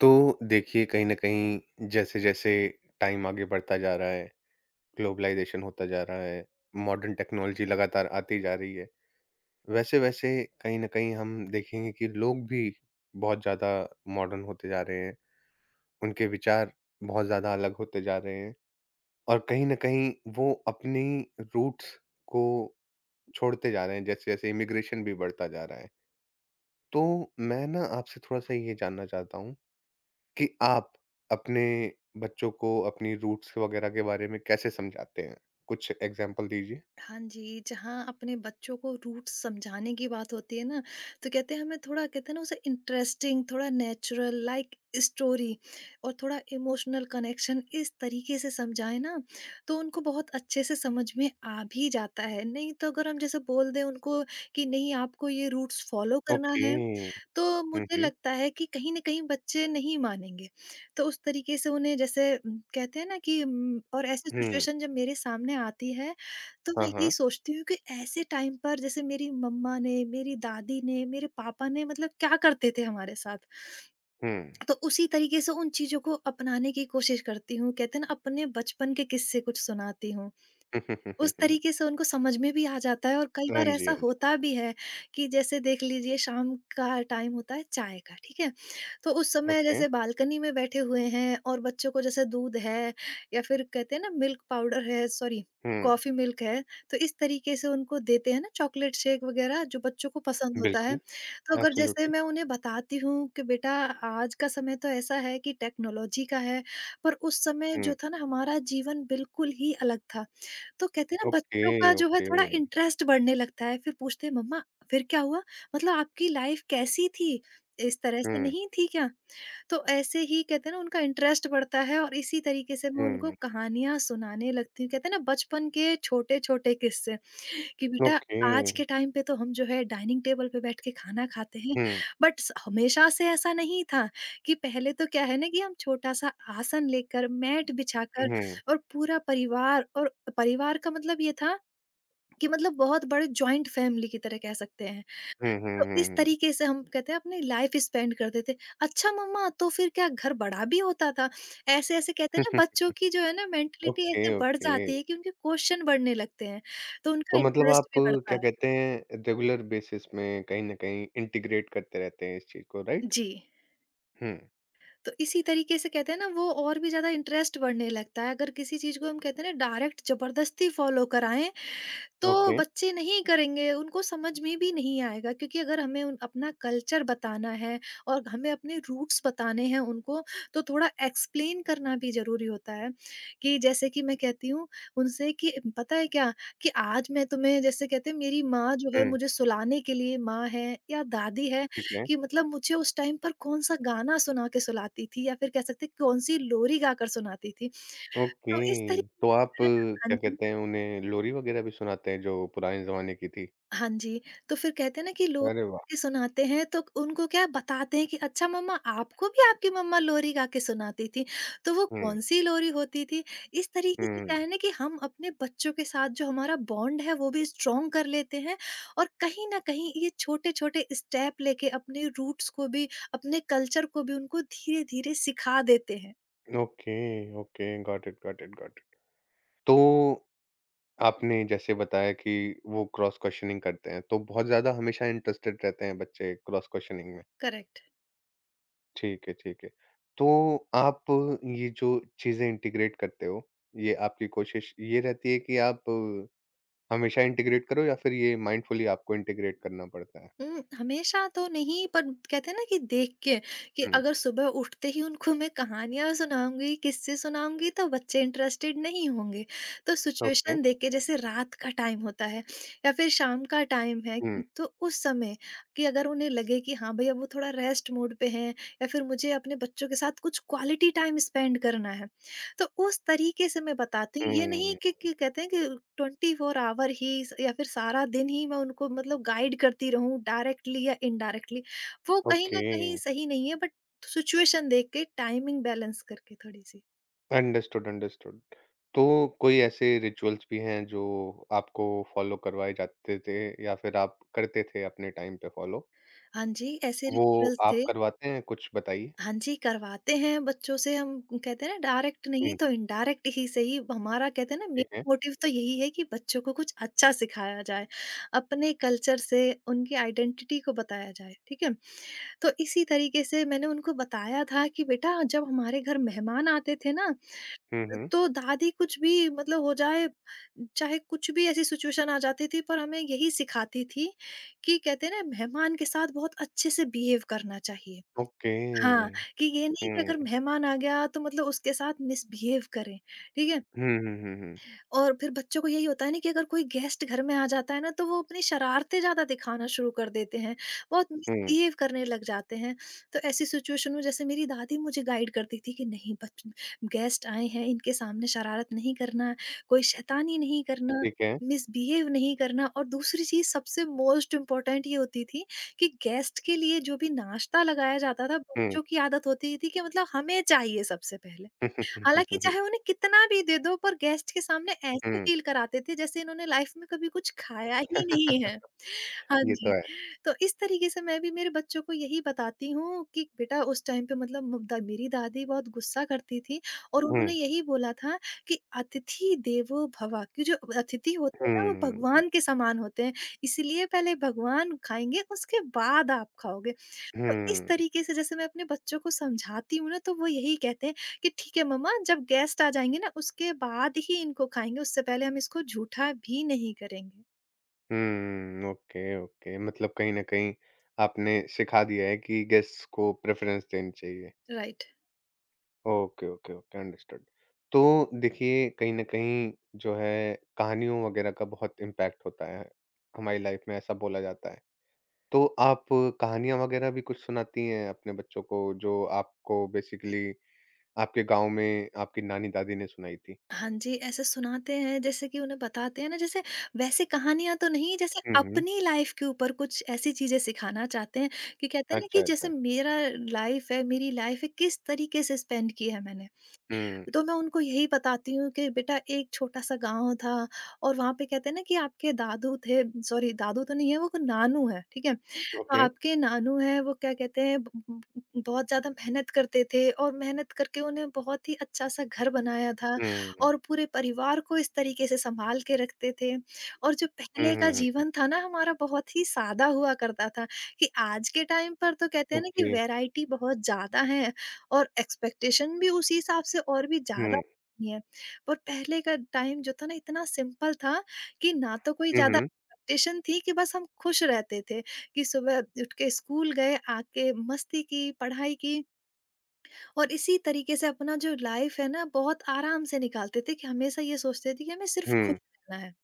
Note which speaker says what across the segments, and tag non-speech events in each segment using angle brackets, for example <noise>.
Speaker 1: तो देखिए कहीं न कहीं जैसे-जैसे टाइम आगे बढ़ता जा रहा है, ग्लोबलाइज़ेशन होता जा रहा है, मॉडर्न टेक्नोलॉजी लगातार आती जा रही है, वैसे-वैसे कहीं न कहीं हम देखेंगे कि लोग भी बहुत ज़्यादा मॉडर्न होते जा रहे हैं, उनके विचार बहुत ज़्यादा अलग होते जा रहे हैं और कहीं न कहीं वो अपनी रूट्स को छोड़ते जा रहे हैं, जैसे-जैसे इमिग्रेशन भी बढ़ता जा रहा है। तो मैं ना आपसे थोड़ा-सा ये जानना चाहता हूँ कि आप अपने बच्चों को अपनी रूट्स वगैरह के बारे में कैसे समझाते हैं? कुछ एग्ज़ाम्पल दीजिए।
Speaker 2: हाँ जी, जहाँ अपने बच्चों को रूट्स समझाने की बात होती है ना, तो कहते हैं हमें थोड़ा कहते हैं ना उसे इंटरेस्टिंग, थोड़ा नेचुरल लाइक स्टोरी और थोड़ा इमोशनल कनेक्शन इस तरीके से समझाएँ ना, तो उनको बहुत अच्छे से समझ में आ भी जाता है। नहीं तो अगर हम जैसे बोल दें उनको कि नहीं, आपको ये रूट्स फॉलो करना
Speaker 1: ओके।
Speaker 2: है, तो
Speaker 1: हुँ,
Speaker 2: मुझे
Speaker 1: हुँ।
Speaker 2: लगता है कि कहीं न कहीं बच्चे नहीं मानेंगे। तो उस तरीके से उन्हें जैसे कहते हैं ना कि और ऐसी
Speaker 1: हुँ।
Speaker 2: सिचुएशन जब मेरे सामने आती है, तो
Speaker 1: हाँ,
Speaker 2: मैं यही
Speaker 1: हाँ।
Speaker 2: सोचती हूँ कि ऐसे टाइम पर जैसे मेरी मम्मा ने, मेरी दादी ने, मेरे पापा ने मतलब क्या करते थे हमारे साथ।
Speaker 1: हुँ।
Speaker 2: तो उसी तरीके से उन चीज़ों को अपनाने की कोशिश करती हूँ। कहते हैं ना अपने बचपन के किस्से कुछ सुनाती हूँ।
Speaker 1: <laughs> हुँ, हुँ, हुँ,
Speaker 2: उस
Speaker 1: हुँ, हुँ।
Speaker 2: तरीके से उनको समझ में भी आ जाता है, और कई
Speaker 1: हाँ
Speaker 2: बार
Speaker 1: जी,
Speaker 2: ऐसा
Speaker 1: हाँ जी।
Speaker 2: होता भी है कि जैसे देख लीजिए, शाम का टाइम होता है चाय का, ठीक है? तो उस समय
Speaker 1: ओके।
Speaker 2: जैसे बालकनी में बैठे हुए हैं, और बच्चों को जैसे दूध है, या फिर कहते हैं ना मिल्क पाउडर है, सॉरी,
Speaker 1: हुँ।
Speaker 2: कॉफ़ी मिल्क है, तो इस तरीके से उनको देते हैं ना चॉकलेट शेक वग़ैरह जो बच्चों को पसंद होता है।
Speaker 1: बिल्कुल।
Speaker 2: तो अगर जैसे
Speaker 1: एब्सोल्युटली।
Speaker 2: मैं उन्हें बताती हूँ कि बेटा, आज का समय तो ऐसा है कि टेक्नोलॉजी का है, पर उस समय
Speaker 1: हुँ।
Speaker 2: जो था ना हमारा जीवन बिल्कुल ही अलग था। तो कहते हैं ना
Speaker 1: ओके,
Speaker 2: बच्चों का जो है
Speaker 1: ओके।
Speaker 2: थोड़ा इंटरेस्ट बढ़ने लगता है, फिर पूछते हैं मम्मा फिर क्या हुआ? मतलब आपकी लाइफ़ कैसी थी? इस तरह से
Speaker 1: हुँ,
Speaker 2: नहीं थी क्या? तो ऐसे ही कहते हैं ना उनका इंटरेस्ट बढ़ता है, और इसी तरीके से मैं उनको
Speaker 1: हुँ।
Speaker 2: कहानियाँ सुनाने लगती हूँ। कहते हैं ना बचपन के छोटे-छोटे किस्से। कि बेटा,
Speaker 1: ओके।
Speaker 2: आज के टाइम पे तो हम जो है डाइनिंग टेबल पे बैठ के खाना खाते हैं,
Speaker 1: हुँ,
Speaker 2: बट हमेशा से ऐसा नहीं था कि पहले तो, क्या है ना कि हम छोटा सा आसन लेकर, मैट बिछाकर,
Speaker 1: हुँ।
Speaker 2: और पूरा परिवार, और परिवार का मतलब ये था कि मतलब बहुत बड़े जॉइंट फैमिली की तरह कह सकते हैं।
Speaker 1: हुँ, हुँ,
Speaker 2: तो
Speaker 1: हुँ,
Speaker 2: इस
Speaker 1: हुँ।
Speaker 2: तरीके से हम कहते हैं अपनी लाइफ स्पेंड करते थे। अच्छा मम्मा, तो फिर क्या घर बड़ा भी होता था? ऐसे ऐसे कहते हैं ना, बच्चों
Speaker 1: <laughs>
Speaker 2: की जो है ना मेंटेलिटी
Speaker 1: ओके,
Speaker 2: ऐसे बढ़
Speaker 1: ओके।
Speaker 2: जाती है कि उनके क्वेश्चन बढ़ने लगते हैं, तो
Speaker 1: तो
Speaker 2: उनका
Speaker 1: मतलब आप
Speaker 2: इंटरेस्ट भी बढ़ता
Speaker 1: क्या
Speaker 2: है।
Speaker 1: कहते हैं रेगुलर बेसिस में कहीं न कहीं इंटीग्रेट करते रहते हैं इस चीज़ को, राइट?
Speaker 2: जी।
Speaker 1: हुँ।
Speaker 2: तो इसी तरीके से कहते हैं ना, वो और भी ज़्यादा इंटरेस्ट बढ़ने लगता है। अगर किसी चीज़ को हम कहते हैं ना डायरेक्ट ज़बरदस्ती फ़ॉलो कराएँ, तो
Speaker 1: ओके।
Speaker 2: बच्चे नहीं करेंगे, उनको समझ में भी नहीं आएगा, क्योंकि अगर हमें उन अपना कल्चर बताना है और हमें अपने रूट्स बताने हैं उनको, तो थोड़ा एक्सप्लेन करना भी ज़रूरी होता है, कि जैसे कि मैं कहती हूँ उनसे कि पता है क्या, कि आज मैं तुम्हें जैसे कहते हैं, मेरी माँ जो है
Speaker 1: हुँ,
Speaker 2: मुझे सुलाने के लिए, माँ है या दादी है,
Speaker 1: ठीक है।
Speaker 2: कि मतलब मुझे उस टाइम पर कौन-सा गाना सुना के सुलाती थी, या फिर कह सकते हैं कौन-सी लोरी गाकर सुनाती थी।
Speaker 1: ओके,
Speaker 2: तो इस तरीके
Speaker 1: तो आप
Speaker 2: से हाँ
Speaker 1: क्या
Speaker 2: जी।
Speaker 1: कहते हैं उन्हें लोरी वग़ैरह भी सुनाते हैं जो पुराने ज़माने की थी?
Speaker 2: हाँ जी, तो फिर कहते हैं ना कि लोरी
Speaker 1: अरे वाह!
Speaker 2: गा के सुनाते हैं, तो उनको क्या बताते हैं कि अच्छा मम्मा, आपको भी आपकी मम्मा लोरी गा के सुनाती थी, तो वो
Speaker 1: हुँ,
Speaker 2: कौन-सी लोरी होती थी? इस तरीके से,
Speaker 1: हुँ।
Speaker 2: क्या है ना कि हम अपने बच्चों के साथ जो हमारा बॉन्ड है वो भी स्ट्रॉन्ग कर लेते हैं, और कहीं न कहीं ये छोटे-छोटे स्टेप लेके अपने रूट्स को भी, अपने कल्चर को भी उनको धीरे-धीरे सिखा देते हैं।
Speaker 1: Okay, okay, got it, got it, got it. तो आपने जैसे बताया कि वो क्रॉस क्वेश्चनिंग करते हैं, तो बहुत ज़्यादा हमेशा इंटरेस्टेड रहते हैं बच्चे क्रॉस क्वेश्चनिंग में।
Speaker 2: करेक्ट।
Speaker 1: ठीक है, ठीक है। तो आप ये जो चीज़ें इंटीग्रेट करते हो, ये आपकी कोशिश ये रहती है कि आप हमेशा इंटीग्रेट करो या फिर ये माइंडफुली आपको इंटीग्रेट करना पड़ता है?
Speaker 2: हुँ, हमेशा तो नहीं, पर कहते हैं ना कि देख के, कि
Speaker 1: हुँ,
Speaker 2: अगर सुबह उठते ही उनको मैं कहानियाँ सुनाऊँगी, किस्से सुनाऊँगी, तो बच्चे इंटरेस्टेड नहीं होंगे। तो
Speaker 1: ओके।
Speaker 2: सिचुएशन देख के, जैसे रात का टाइम होता है या फिर शाम का टाइम है,
Speaker 1: हुँ,
Speaker 2: तो उस समय, कि अगर उन्हें लगे कि हाँ भई, अब वो थोड़ा रेस्ट मोड पे हैं, या फिर मुझे अपने बच्चों के साथ कुछ क्वालिटी टाइम स्पेंड करना है। तो उस तरीके से मैं बताती हूँ, ये नहीं
Speaker 1: हुँ,
Speaker 2: कि कहते हैं कि 24 आवर ही स या फिर सारा दिन ही मैं उनको मतलब गाइड करती रहूँ डायरेक्टली या इनडायरेक्टली, वो कहीं
Speaker 1: ओके।
Speaker 2: न कहीं सही नहीं है, बट सिचुएशन देख के टाइमिंग बैलेंस करके थोड़ी-सी।
Speaker 1: Understood, understood. तो कोई ऐसे रिचुअल्स भी हैं जो आपको फॉलो करवाए जाते थे या फिर आप करते थे अपने टाइम पे फॉलो?
Speaker 2: हाँ जी, ऐसे
Speaker 1: वो
Speaker 2: रिचुअल्स
Speaker 1: आप
Speaker 2: थे।
Speaker 1: करवाते हैं कुछ बताइए?
Speaker 2: हाँ जी, करवाते हैं बच्चों से। हम कहते हैं ना, डायरेक्ट
Speaker 1: हुँ,
Speaker 2: नहीं तो इनडायरेक्ट ही सही, हमारा कहते हैं ना मेन
Speaker 1: ठीक है।
Speaker 2: मोटिव तो यही है कि बच्चों को कुछ अच्छा सिखाया जाए, अपने कल्चर से उनकी आइडेंटिटी को बताया जाए, ठीक है? तो इसी तरीके से मैंने उनको बताया था कि बेटा, जब हमारे घर मेहमान आते थे ना,
Speaker 1: हुँ, हुँ,
Speaker 2: तो दादी, कुछ भी मतलब हो जाए, चाहे कुछ भी ऐसी सिचुएशन आ जाती थी, पर हमें यही सिखाती थी कि कहते हैं ना मेहमान के साथ बहुत अच्छे से बिहेव करना चाहिए।
Speaker 1: ओके।
Speaker 2: हाँ, कि ये नहीं कि
Speaker 1: हुँ,
Speaker 2: अगर मेहमान आ गया तो मतलब उसके साथ मिसबिहेव करें, ठीक है?
Speaker 1: हुँ, हुँ, हुँ, हुँ,
Speaker 2: और फिर बच्चों को यही होता है ना कि अगर कोई गेस्ट घर में आ जाता है ना, तो वो अपनी शरारतें ज़्यादा दिखाना शुरू कर देते हैं, बहुत
Speaker 1: हुँ,
Speaker 2: मिसबिहेव करने लग जाते हैं। तो ऐसी सिचुएशन में जैसे मेरी दादी मुझे गाइड करती थी कि नहीं, बच गेस्ट आए हैं इनके सामने शरारत नहीं करना, कोई शैतानी नहीं करना,
Speaker 1: ठीक है।
Speaker 2: मिसबिहेव नहीं करना, और दूसरी चीज़ सबसे मोस्ट इम्पोर्टेंट ये होती थी कि गेस्ट के लिए जो भी नाश्ता लगाया जाता था,
Speaker 1: हुँ,
Speaker 2: बच्चों की आदत होती थी कि मतलब हमें चाहिए सबसे पहले।
Speaker 1: <laughs> हुँ, हुँ, हुँ,
Speaker 2: हालाँकि
Speaker 1: हुँ, हुँ,
Speaker 2: चाहे उन्हें कितना भी दे दो, पर गेस्ट के सामने ऐसे
Speaker 1: हुँ,
Speaker 2: फ़ील कराते थे जैसे इन्होंने लाइफ़ में कभी कुछ खाया ही नहीं है। हाँ
Speaker 1: <laughs> ये
Speaker 2: जी,
Speaker 1: तो है।
Speaker 2: तो इस तरीके से मैं भी मेरे बच्चों को यही बताती हूँ कि बेटा, उस टाइम पे, मतलब द मेरी दादी बहुत गुस्सा करती थी, और
Speaker 1: हुँ,
Speaker 2: उन्होंने यही बोला था कि अतिथि देवो भव, कि जो अतिथि होते हैं ना वो
Speaker 1: हुँ, हुँ,
Speaker 2: भगवान के समान होते हैं, इसीलिए पहले भगवान खाएँगे, उसके बाद आप खाओगे। तो इस
Speaker 1: हुँ।
Speaker 2: तरीके से जैसे मैं अपने बच्चों को समझाती हूँ ना, तो वो यही कहते हैं कि ठीक है मम्मा, जब गेस्ट आ जाएँगे ना उसके बाद ही इनको खाएँगे, उससे पहले हम इसको झूठा भी नहीं करेंगे।
Speaker 1: हुँ, ओके, ओके मतलब कहीं न कहीं आपने सिखा दिया है कि गेस्ट्स को प्रेफ़रेंस देनी चाहिए।
Speaker 2: Right.
Speaker 1: Okay, okay, okay understood. तो देखिए कहीं न कहीं जो है कहानियों वग़ैरह का बहुत इम्पैक्ट होता है, हमारी लाइफ़ में ऐसा बोला जाता है। तो आप कहानियाँ वग़ैरह भी कुछ सुनाती हैं अपने बच्चों को जो आपको बेसिकली आपके गाँव में आपकी नानी-दादी ने सुनाई थी?
Speaker 2: हाँ जी, ऐसे सुनाते हैं, जैसे कि उन्हें बताते हैं ना, जैसे वैसे कहानियाँ तो नहीं, जैसे
Speaker 1: हुँ, हुँ।
Speaker 2: अपनी लाइफ़ के ऊपर कुछ ऐसी चीज़ें सिखाना चाहते हैं, कि कहते हैं ना
Speaker 1: अच्छा,
Speaker 2: कि जैसे
Speaker 1: अच्छा।
Speaker 2: मेरा लाइफ़ है, मेरी लाइफ़ है किस तरीके से स्पेंड की है मैंने।
Speaker 1: हुँ,
Speaker 2: तो मैं उनको यही बताती हूँ कि बेटा, एक छोटा-सा गाँव था, और वहाँ पे कहते हैं ना कि आपके दादू थे, सॉरी दादू तो नहीं है, वो तो नानू है, ठीक है? तो
Speaker 1: ओके।
Speaker 2: आपके नानू हैं, वो क्या कहते हैं, ब ब बहुत ज़्यादा मेहनत करते थे, और मेहनत करके उन्हें बहुत ही अच्छा-सा घर बनाया था,
Speaker 1: हुँ, हुँ,
Speaker 2: और पूरे परिवार को इस तरीके से सँभाल के रखते थे, और जो
Speaker 1: हुँ,
Speaker 2: पहले का
Speaker 1: हुँ, हुँ।
Speaker 2: जीवन था ना हमारा बहुत ही सादा हुआ करता था। कि आज के टाइम पर तो कहते हैं ना कि
Speaker 1: ओके।
Speaker 2: वैरायटी बहुत ज़्यादा है, और एक्सपेक्टेशन भी उसी हिसाब से और भी ज़्यादा
Speaker 1: हुँ,
Speaker 2: नहीं है। पर पहले का टाइम जो था ना इतना सिंपल था, कि ना तो कोई
Speaker 1: हुँ,
Speaker 2: ज़्यादा
Speaker 1: हुँ।
Speaker 2: एक्सपेक्टेशन थी, कि बस हम खुश रहते थे, कि सुबह उठ के स्कूल गए, आके मस्ती की, पढ़ाई की, और इसी तरीके से अपना जो लाइफ है ना बहुत आराम से निकालते थे, कि हमेशा ये सोचते थे कि हमें सिर्फ़ खुश
Speaker 1: हुँ,
Speaker 2: रहना है।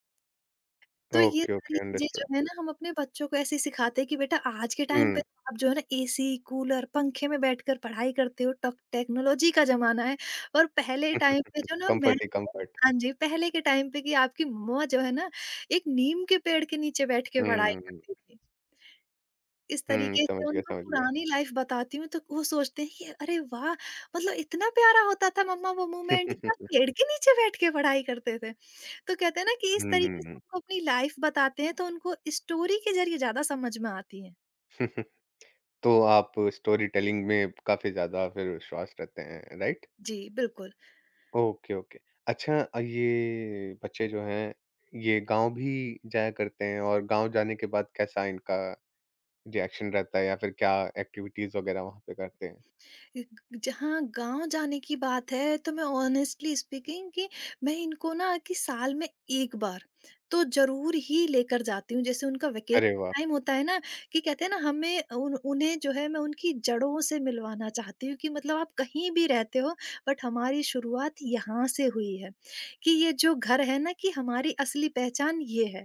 Speaker 2: तो ये
Speaker 1: ओके,
Speaker 2: सारी
Speaker 1: ओके,
Speaker 2: चीज़ें जो
Speaker 1: अंडरस्टूड।
Speaker 2: है ना, हम अपने बच्चों को ऐसे ही सिखाते हैं कि बेटा, आज के टाइम पे
Speaker 1: हुँ,
Speaker 2: आप जो है ना एसी, कूलर, पंखे में बैठकर पढ़ाई करते हो, टक टेक्नोलॉजी का ज़माना है, और पहले टाइम पे जो ना मैं,
Speaker 1: कम्फर्ट <laughs> ही कम्फर्ट।
Speaker 2: हाँ जी, पहले के टाइम पे कि आपकी मम्मा जो है ना एक नीम के पेड़ के नीचे बैठ के पढ़ाई
Speaker 1: हुँ,
Speaker 2: करती थी। इस
Speaker 1: हुँ, <laughs>
Speaker 2: तरीके
Speaker 1: समझ
Speaker 2: से
Speaker 1: गया,
Speaker 2: उनको
Speaker 1: समझ गया।
Speaker 2: पुरानी लाइफ बताती हूँ, तो वो सोचते हैं कि अरे वाह! मतलब इतना प्यारा होता था मम्मा, वो मोमेंट कि आप
Speaker 1: <laughs>
Speaker 2: पेड़ के नीचे बैठ के पढ़ाई करते थे। तो कहते हैं ना कि इस
Speaker 1: हुँ, हुँ,
Speaker 2: तरीके से
Speaker 1: हुँ।
Speaker 2: उनको अपनी लाइफ बताते हैं तो उनको स्टोरी के ज़रिए ज़्यादा समझ में आती है।
Speaker 1: <laughs> तो आप स्टोरी टेलिंग में काफ़ी ज़्यादा फिर विश्वास रखते हैं, राइट?
Speaker 2: जी, बिल्कुल।
Speaker 1: Okay, okay. अच्छा ये बच्चे जो हैं, ये गाँव भी जाया करते हैं और गाँव जाने के बाद कैसा इनका रिएक्शन रहता है या फिर क्या एक्टिविटीज़ वगैरह वहाँ पे करते हैं?
Speaker 2: इ जहाँ गाँव जाने की बात है तो मैं ऑनेस्टली स्पीकिंग, कि मैं इनको ना कि साल में 1 बार तो ज़रूर ही लेकर जाती हूँ। जैसे उनका वेकेशन
Speaker 1: अरे वाह!
Speaker 2: टाइम होता है ना, कि कहते हैं ना हमें उन उन्हें जो है, मैं उनकी जड़ों से मिलवाना चाहती हूँ कि मतलब आप कहीं भी रहते हो, बट हमारी शुरुआत यहाँ से हुई है, कि ये जो घर है ना, कि हमारी असली पहचान ये है।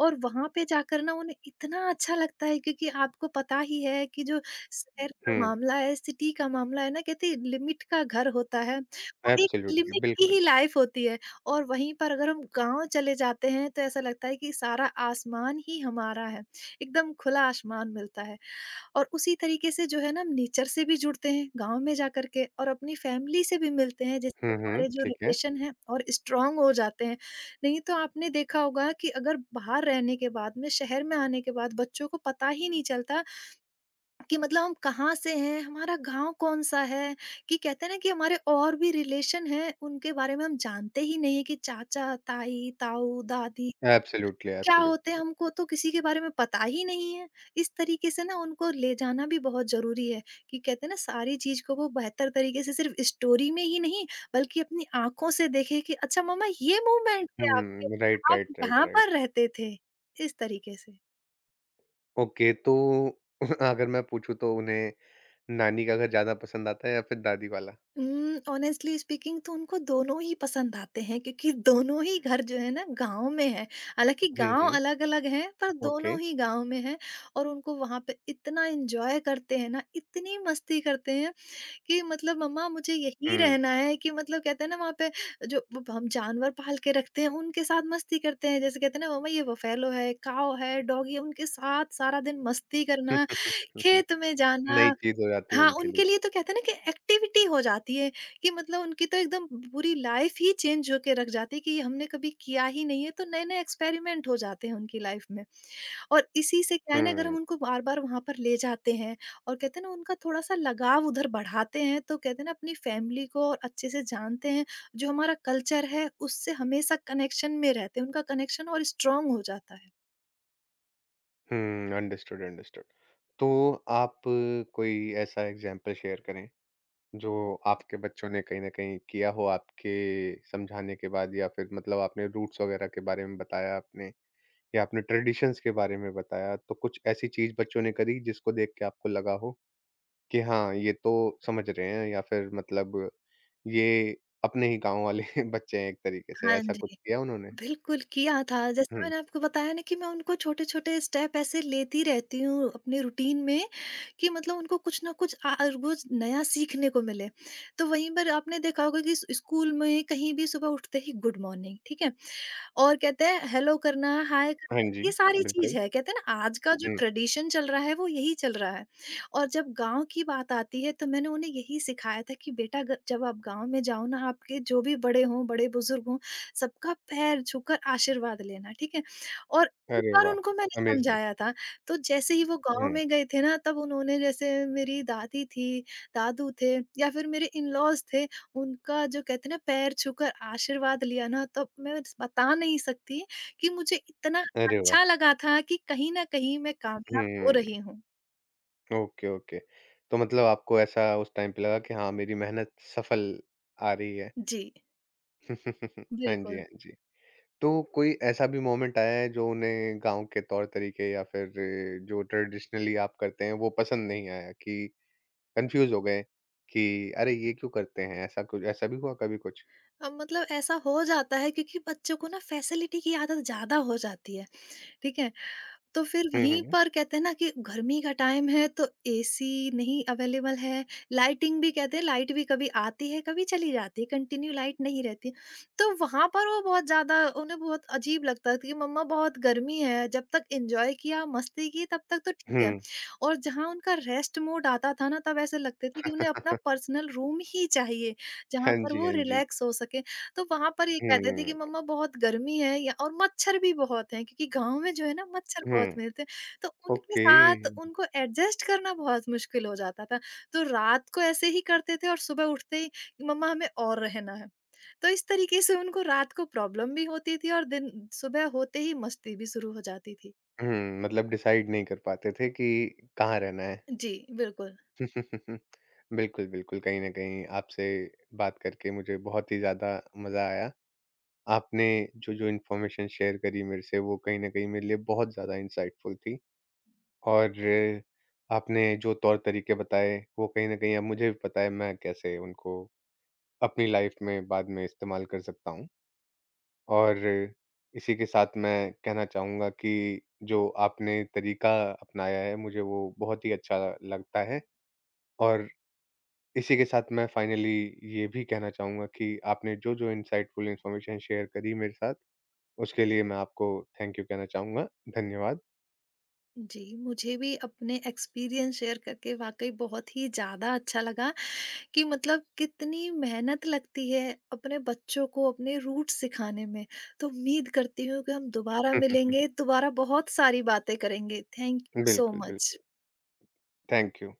Speaker 2: और वहाँ पे जाकर ना उन्हें इतना अच्छा लगता है, क्योंकि आपको पता ही है कि जो शहर का
Speaker 1: हुँ,
Speaker 2: मामला है, सिटी का मामला है ना, कहते हैं लिमिट का घर होता है और एक
Speaker 1: एब्सोल्युटली,
Speaker 2: लिमिट की
Speaker 1: बिल्कुल।
Speaker 2: ही लाइफ होती है। और वहीं पर अगर हम गाँव चले जाते हैं तो ऐसा लगता है कि सारा आसमान ही हमारा है, एकदम खुला आसमान मिलता है। और उसी तरीके से जो है ना, हम नेचर से भी जुड़ते हैं गाँव में जाकर के, और अपनी फैमिली से भी मिलते हैं, जिससे
Speaker 1: हुँ, हुँ,
Speaker 2: हमारे जो
Speaker 1: ठीक है।
Speaker 2: रिलेशन है और स्ट्रांग हो जाते हैं। नहीं तो आपने देखा होगा कि अगर बाहर रहने के बाद में, शहर में आने के बाद, बच्चों को पता ही नहीं चलता कि मतलब हम कहाँ से हैं, हमारा गांव कौन सा है, कि कहते हैं ना कि हमारे और भी रिलेशन हैं, उनके बारे में हम जानते ही नहीं है कि चाचा, ताई, ताऊ, दादी
Speaker 1: एब्सोल्युटली,
Speaker 2: क्या होते हैं,
Speaker 1: एब्सोल्युटली।
Speaker 2: हमको तो किसी के बारे में पता ही नहीं है। इस तरीके से ना उनको ले जाना भी बहुत ज़रूरी है, कि कहते हैं ना सारी चीज़ को वो बेहतर तरीके से सिर्फ़ स्टोरी में ही नहीं बल्कि अपनी आँखों से देखे कि अच्छा मम्मा, ये मूवमेंट थे आपके,
Speaker 1: हुँ, राइट,
Speaker 2: आप
Speaker 1: राइट, राइट,
Speaker 2: यहाँ
Speaker 1: राइट।
Speaker 2: पर रहते थे। इस तरीके से।
Speaker 1: ओके, तो <laughs> अगर मैं पूछूँ तो उन्हें नानी का घर ज़्यादा पसंद आता है या फिर दादी वाला?
Speaker 2: ऑनेस्टली स्पीकिंग तो उनको दोनों ही पसंद आते हैं, क्योंकि दोनों ही घर जो है ना गांव में है। हालांकि
Speaker 1: हुँ,
Speaker 2: गांव
Speaker 1: हुँ,
Speaker 2: अलग अलग हैं, पर
Speaker 1: ओके।
Speaker 2: दोनों ही गांव में हैं। और उनको वहां पे इतना एंजॉय करते हैं ना, इतनी मस्ती करते हैं कि मतलब मम्मा मुझे यहीं
Speaker 1: हुँ।
Speaker 2: रहना है, कि मतलब कहते हैं ना वहां पे जो वो हम जानवर पाल के रखते हैं, उनके साथ मस्ती करते हैं। जैसे कहते हैं ना, मम्मा ये बफेलो है, काव है, डॉगी है, उनके साथ सारा दिन मस्ती करना,
Speaker 1: <laughs>
Speaker 2: खेत में जाना।
Speaker 1: नई चीज़ हो जाती है
Speaker 2: हाँ,
Speaker 1: उनके लिए।
Speaker 2: उनके लिए तो कहते हैं ना कि एक्टिविटी हो जाती है, कि मतलब उनकी तो एकदम पूरी लाइफ ही चेंज होके रख जाती है, कि ये हमने कभी किया ही नहीं है, तो नए-नए एक्सपेरिमेंट हो जाते हैं उनकी लाइफ में। और इसी से क्या है ना, अगर
Speaker 1: हुँ,
Speaker 2: हम उनको बार-बार वहाँ पर ले जाते हैं और कहते हैं ना उनका थोड़ा-सा लगाव उधर बढ़ाते हैं, तो कहते हैं ना अपनी फैमिली को और अच्छे से जानते हैं, जो हमारा कल्चर है उससे हमेशा कनेक्शन में रहते हैं, उनका कनेक्शन और स्ट्रॉन्ग हो जाता है।
Speaker 1: हुँ, अंडरस्टूड, अंडरस्टूड। तो आप कोई ऐसा एग्ज़ाम्पल शेयर करें, जो आपके बच्चों ने कहीं न कहीं किया हो आपके समझाने के बाद या फिर मतलब आपने रूट्स वगैरह के बारे में बताया आपने या आपने ट्रेडिशंस के बारे में बताया, तो कुछ ऐसी चीज़ बच्चों ने करी जिसको देख के आपको लगा हो? कि हाँ, ये तो समझ रहे हैं या फिर मतलब ये अपने ही गाँव वाले <laughs> बच्चे हैं एक तरीके से,
Speaker 2: हाँ
Speaker 1: ऐसा कुछ
Speaker 2: जी।
Speaker 1: किया उन्होंने?
Speaker 2: बिल्कुल, किया था। जैसे
Speaker 1: हुँ।
Speaker 2: मैंने आपको बताया ना कि मैं उनको छोटे-छोटे स्टेप ऐसे लेती रहती हूँ अपने रूटीन में, कि मतलब उनको कुछ न कुछ रोज़ नया सीखने को मिले। तो वहीं पर आपने देखा होगा कि स स्कूल में कहीं भी सुबह उठते ही गुड मॉर्निंग, ठीक है? और कहते हैं हेलो करना, हाय करना,
Speaker 1: हाँ जी,
Speaker 2: ये सारी
Speaker 1: बिल्कुल।
Speaker 2: चीज़ है। कहते हैं ना आज का जो
Speaker 1: हुँ।
Speaker 2: ट्रेडिशन चल रहा है वो यही चल रहा है। और जब गाँव की बात आती है तो मैंने उन्हें यही सिखाया था कि बेटा, ग जब आप गाँव में जाओ ना, आपके जो भी बड़े हों, बड़े-बुज़ुर्ग हों, सबका पैर छूकर आशीर्वाद लेना, ठीक है? और एक
Speaker 1: अरे
Speaker 2: बार
Speaker 1: वाह!
Speaker 2: उनको मैंने
Speaker 1: अमेज़िंग।
Speaker 2: समझाया था, तो जैसे ही वो गाँव
Speaker 1: हुँ।
Speaker 2: में गए थे ना, तब उन्होंने, जैसे मेरी दादी थी, दादू थे, या फिर मेरे इन-लॉज़ थे, उनका जो कहते हैं ना पैर छूकर आशीर्वाद लिया ना, तब मैं बता नहीं सकती कि मुझे इतना
Speaker 1: अरे वाह!
Speaker 2: अच्छा लगा था कि कहीं न कहीं मैं कामयाब हो
Speaker 1: हुँ,
Speaker 2: रही हूँ।
Speaker 1: Okay, okay. तो मतलब आपको ऐसा उस टाइम पे लगा कि हाँ, मेरी मेहनत सफल आ रही है।
Speaker 2: जी,
Speaker 1: <laughs> हाँ जी,
Speaker 2: बिल्कुल।
Speaker 1: हाँ जी। तो कोई ऐसा भी मोमेंट आया है जो उन्हें गाँव के तौर तरीके या फिर जो ट्रेडिशनली आप करते हैं वो पसंद नहीं आया कि कन्फ्यूज़ हो गए कि अरे! ये क्यों करते हैं? ऐसा कुछ ऐसा भी हुआ कभी कुछ?
Speaker 2: अब मतलब ऐसा हो जाता है, क्योंकि बच्चों को ना फैसिलिटी की आदत ज़्यादा हो जाती है, ठीक है? तो फिर
Speaker 1: हुँ,
Speaker 2: वहीं
Speaker 1: हुँ।
Speaker 2: पर कहते हैं ना कि गर्मी का टाइम है तो एसी नहीं अवेलेबल है, लाइटिंग भी, कहते हैं लाइट भी कभी आती है, कभी चली जाती है, कंटिन्यू लाइट नहीं रहती। तो वहाँ पर वो बहुत ज़्यादा, उन्हें बहुत अजीब लगता था कि मम्मा बहुत गर्मी है, जब तक एन्जॉय किया, मस्ती की, तब तक तो ठीक है।
Speaker 1: हुँ।
Speaker 2: और जहाँ उनका रेस्ट मोड आता था ना, तब ऐसे लगते थे कि उन्हें अपना पर्सनल रूम ही चाहिए, जहाँ
Speaker 1: हाँ
Speaker 2: पर
Speaker 1: जी,
Speaker 2: वो
Speaker 1: हाँ जी।
Speaker 2: रिलैक्स हो सके। तो वहाँ पर ये कहते थे
Speaker 1: हुँ,
Speaker 2: कि मम्मा बहुत गर्मी है, या और मच्छर भी बहुत हैं, क्योंकि गाँव में जो है ना मच्छर बहुत
Speaker 1: हुँ।
Speaker 2: मिलते हैं। तो उनके
Speaker 1: ओके।
Speaker 2: साथ उनको एडजस्ट करना बहुत मुश्किल हो जाता था। तो रात को ऐसे ही करते थे और सुबह उठते ही कि मम्मा हमें और रहना है। तो इस तरीके से उनको रात को प्रॉब्लम भी होती थी और दिन सुबह होते ही मस्ती भी शुरू हो जाती थी।
Speaker 1: हुँ, मतलब डिसाइड नहीं कर पाते थे कि कहाँ रहना है।
Speaker 2: जी, बिल्कुल।
Speaker 1: <laughs> बिल्कुल, बिल्कुल। कहीं न कहीं आपसे बात करके मुझे बहुत ही ज़्यादा मज़ा आया। आपने जो-जो इन्फॉर्मेशन शेयर करी मेरे से वो कहीं न कहीं मेरे लिए बहुत ज़्यादा इंसाइटफुल थी और आपने जो तौर तरीके बताए वो कहीं न कहीं अब मुझे भी पता है मैं कैसे उनको अपनी लाइफ में बाद में इस्तेमाल कर सकता हूँ। और इसी के साथ मैं कहना चाहूँगा कि जो आपने तरीका अपनाया है, मुझे वो बहुत ही अच्छा लगता है। और इसी के साथ मैं फाइनली ये भी कहना चाहूँगा कि आपने जो-जो इनसाइटफुल इन्फॉर्मेशन शेयर करी मेरे साथ, उसके लिए मैं आपको थैंक यू कहना चाहूँगा। धन्यवाद।
Speaker 2: जी, मुझे भी अपने एक्सपीरियंस शेयर करके वाक़ई बहुत ही ज़्यादा अच्छा लगा। कि मतलब कितनी मेहनत लगती है अपने बच्चों को अपने रूट सिखाने में, तो उम्मीद करती हूँ कि हम दोबारा
Speaker 1: <laughs>
Speaker 2: मिलेंगे, दोबारा बहुत सारी बातें करेंगे। थैंक यू सो
Speaker 1: बिल्कुल, बिल्कुल।
Speaker 2: मच।
Speaker 1: Thank you.